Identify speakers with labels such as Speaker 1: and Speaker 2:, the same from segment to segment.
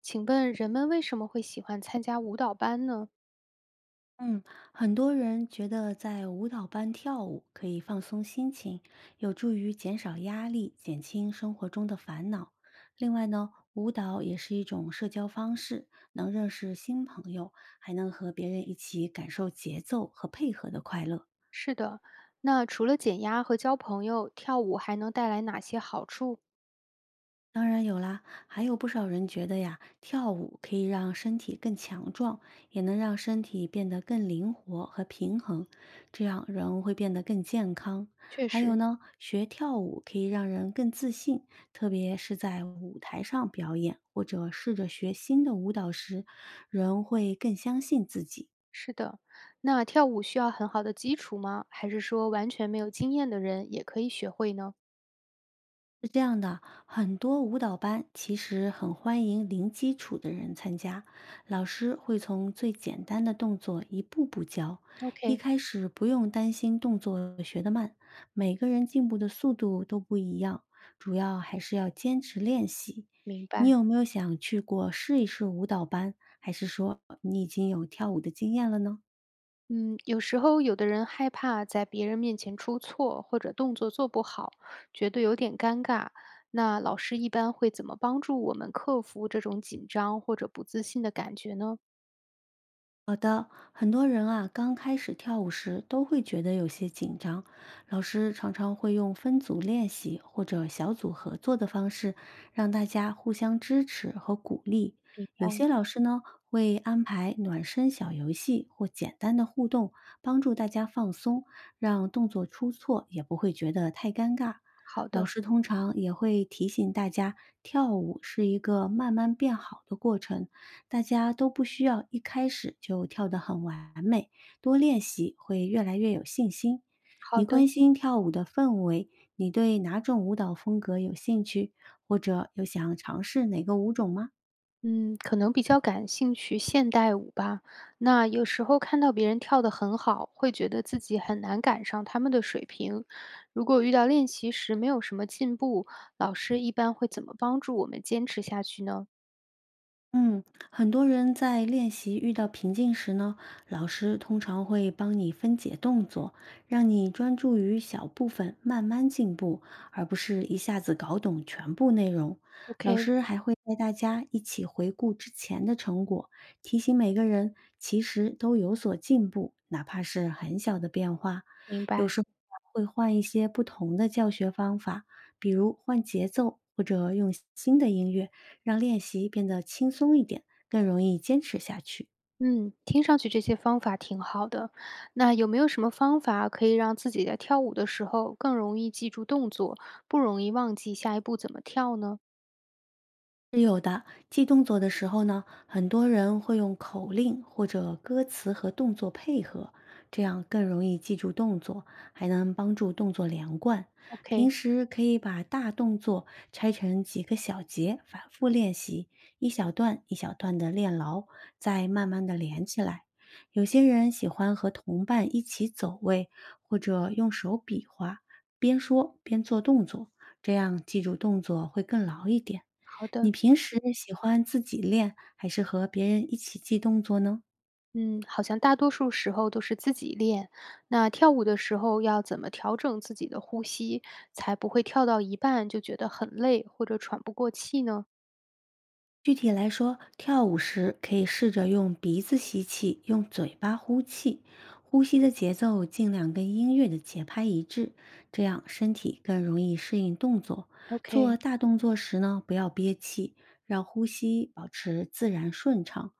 Speaker 1: 请问人们为什么会喜欢参加舞蹈班呢？
Speaker 2: 嗯，很多人觉得在舞蹈班跳舞可以放松心情，有助于减少压力，减轻生活中的烦恼。另外呢，舞蹈也是一种社交方式，能认识新朋友，还能和别人一起感受节奏和配合的快乐。
Speaker 1: 是的，那除了减压和交朋友，跳舞还能带来哪些好处？
Speaker 2: 当然有啦，还有不少人觉得呀，跳舞可以让身体更强壮，也能让身体变得更灵活和平衡，这样人会变得更健康。
Speaker 1: 确
Speaker 2: 还有
Speaker 1: 实
Speaker 2: 呢，学跳舞可以让人更自信，特别是在舞台上表演或者试着学新的舞蹈时，人会更相信自己。
Speaker 1: 是的，那跳舞需要很好的基础吗？还是说完全没有经验的人也可以学会呢
Speaker 2: 是这样的，很多舞蹈班其实很欢迎零基础的人参加，老师会从最简单的动作一步步教，一
Speaker 1: ？OK，
Speaker 2: 开始不用担心动作学得慢，每个人进步的速度都不一样，主要还是要坚持练习。
Speaker 1: 明
Speaker 2: 你
Speaker 1: 白。
Speaker 2: 有没有想去过试一试舞蹈班，还是说你已经有跳舞的经验了呢？
Speaker 1: 嗯，有时候有的人害怕在别人面前出错或者动作做不好，觉得有点尴尬。那老师一般会怎么帮助我们克服这种紧张或者不自信的感觉呢？
Speaker 2: 好的，很多人啊，刚开始跳舞时都会觉得有些紧张。老师常常会用分组练习或者小组合作的方式，让大家互相支持和鼓励。有些老师呢，会安排暖身小游戏或简单的互动，帮助大家放松，让动作出错也不会觉得太尴尬。
Speaker 1: 好
Speaker 2: 老
Speaker 1: 的，
Speaker 2: 师通常也会提醒大家，跳舞是一个慢慢变好的过程。大家都不需要一开始就跳得很完美，多练习会越来越有信心。
Speaker 1: 好
Speaker 2: 你关
Speaker 1: 的，
Speaker 2: 心跳舞的氛围，你对哪种舞蹈风格有兴趣，或者有想尝试哪个舞种吗？
Speaker 1: 嗯，可能比较感兴趣现代舞吧。那有时候看到别人跳得很好，会觉得自己很难赶上他们的水平。如果遇到练习时没有什么进步，老师一般会怎么帮助我们坚持下去呢
Speaker 2: 嗯，很多人在练习遇到瓶颈时呢，老师通常会帮你分解动作，让你专注于小部分，慢慢进步，而不是一下子搞懂全部内容。老
Speaker 1: ？OK，
Speaker 2: 师还会带大家一起回顾之前的成果，提醒每个人其实都有所进步，哪怕是很小的变化。
Speaker 1: 明
Speaker 2: 有
Speaker 1: 白。
Speaker 2: 时候啊会换一些不同的教学方法，比如换节奏或者用新的音乐。让练习变得轻松一点，更容易坚持下去。
Speaker 1: 嗯，听上去这些方法挺好的。那有没有什么方法可以让自己在跳舞的时候更容易记住动作，不容易忘记下一步怎么跳呢
Speaker 2: 是有的，记动作的时候呢，很多人会用口令或者歌词和动作配合，这样更容易记住动作，还能帮助动作连贯。平
Speaker 1: ？OK，
Speaker 2: 时可以把大动作拆成几个小节，反复练习，一小段一小段的练牢，再慢慢的连起来。有些人喜欢和同伴一起走位，或者用手比划，边说边做动作，这样记住动作会更牢一点。
Speaker 1: 好
Speaker 2: 你
Speaker 1: 的。
Speaker 2: 平时喜欢自己练，还是和别人一起记动作呢？
Speaker 1: 嗯，好像大多数时候都是自己练。那跳舞的时候要怎么调整自己的呼吸，才不会跳到一半就觉得很累或者喘不过气呢
Speaker 2: 具体来说，跳舞时可以试着用鼻子吸气，用嘴巴呼气，呼吸的节奏尽量跟音乐的节拍一致，这样身体更容易适应动作。做
Speaker 1: ？OK，
Speaker 2: 大动作时呢，不要憋气，让呼吸保持自然顺畅。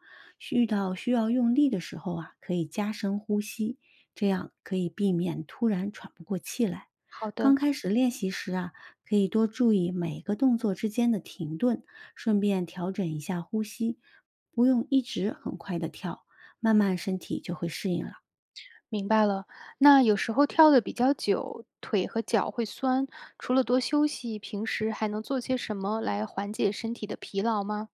Speaker 2: 遇到需要用力的时候啊，可以加深呼吸，这样可以避免突然喘不过气来。
Speaker 1: 好
Speaker 2: 刚
Speaker 1: 的，
Speaker 2: 开始练习时啊，可以多注意每个动作之间的停顿。顺便调整一下呼吸，不用一直很快的跳，慢慢身体就会适应了。
Speaker 1: 明白了。那有时候跳的比较久，腿和脚会酸，除了多休息，平时还能做些什么来缓解身体的疲劳吗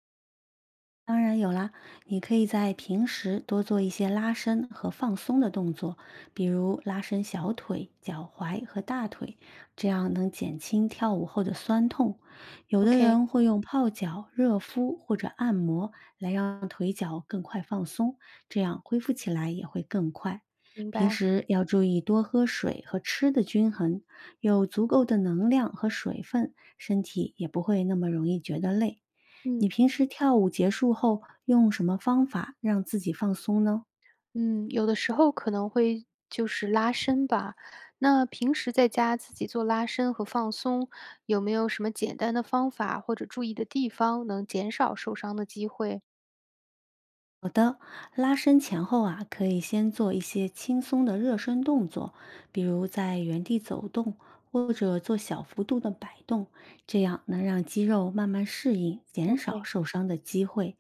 Speaker 2: 当然有啦，你可以在平时多做一些拉伸和放松的动作，比如拉伸小腿、脚踝和大腿，这样能减轻跳舞后的酸痛。有的
Speaker 1: ？OK，
Speaker 2: 人会用泡脚、热敷或者按摩来让腿脚更快放松，这样恢复起来也会更快。
Speaker 1: 明
Speaker 2: 平
Speaker 1: 白。
Speaker 2: 时要注意多喝水和吃的均衡，有足够的能量和水分，身体也不会那么容易觉得累。你
Speaker 1: 嗯。
Speaker 2: 平时跳舞结束后用什么方法让自己放松呢？
Speaker 1: 嗯，有的时候可能会就是拉伸吧。那平时在家自己做拉伸和放松，有没有什么简单的方法或者注意的地方，能减少受伤的机会
Speaker 2: 好的，拉伸前后啊，可以先做一些轻松的热身动作，比如在原地走动或者做小幅度的摆动，这样能让肌肉慢慢适应，减少
Speaker 1: ？OK，
Speaker 2: 受伤的机会。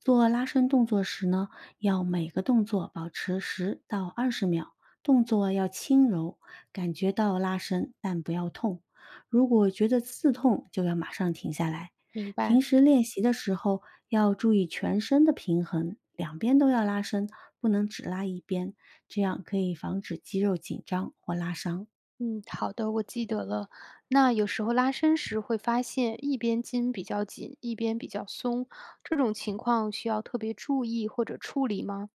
Speaker 2: 做拉伸动作时呢，要每个动作保持10到20秒，动作要轻柔，感觉到拉伸但不要痛。如果觉得刺痛，就要马上停下来。
Speaker 1: 明
Speaker 2: 平
Speaker 1: 白。
Speaker 2: 时练习的时候要注意全身的平衡，两边都要拉伸，不能只拉一边，这样可以防止肌肉紧张或拉伤。
Speaker 1: 嗯，好的，我记得了。那有时候拉伸时会发现一边筋比较紧，一边比较松，这种情况需要特别注意或者处理吗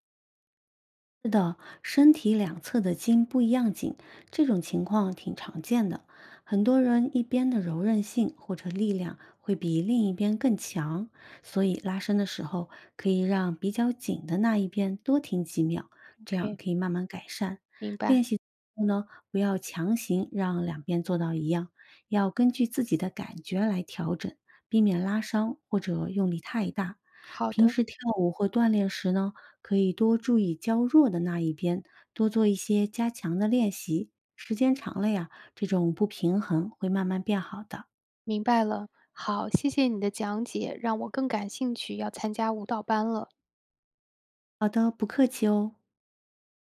Speaker 2: 是的，身体两侧的筋不一样紧，这种情况挺常见的。很多人一边的柔韧性或者力量会比另一边更强，所以拉伸的时候可以让比较紧的那一边多停几秒，这样
Speaker 1: ？OK，
Speaker 2: 可以慢慢改善。
Speaker 1: 明白。
Speaker 2: 练习后呢，不要强行让两边做到一样，要根据自己的感觉来调整，避免拉伤或者用力太大。
Speaker 1: 好
Speaker 2: 平
Speaker 1: 的。
Speaker 2: 时跳舞或锻炼时呢，可以多注意较弱的那一边，多做一些加强的练习。时间长了呀，这种不平衡会慢慢变好的。
Speaker 1: 明白了，好，谢谢你的讲解，让我更感兴趣要参加舞蹈班了。
Speaker 2: 好的，不客气哦。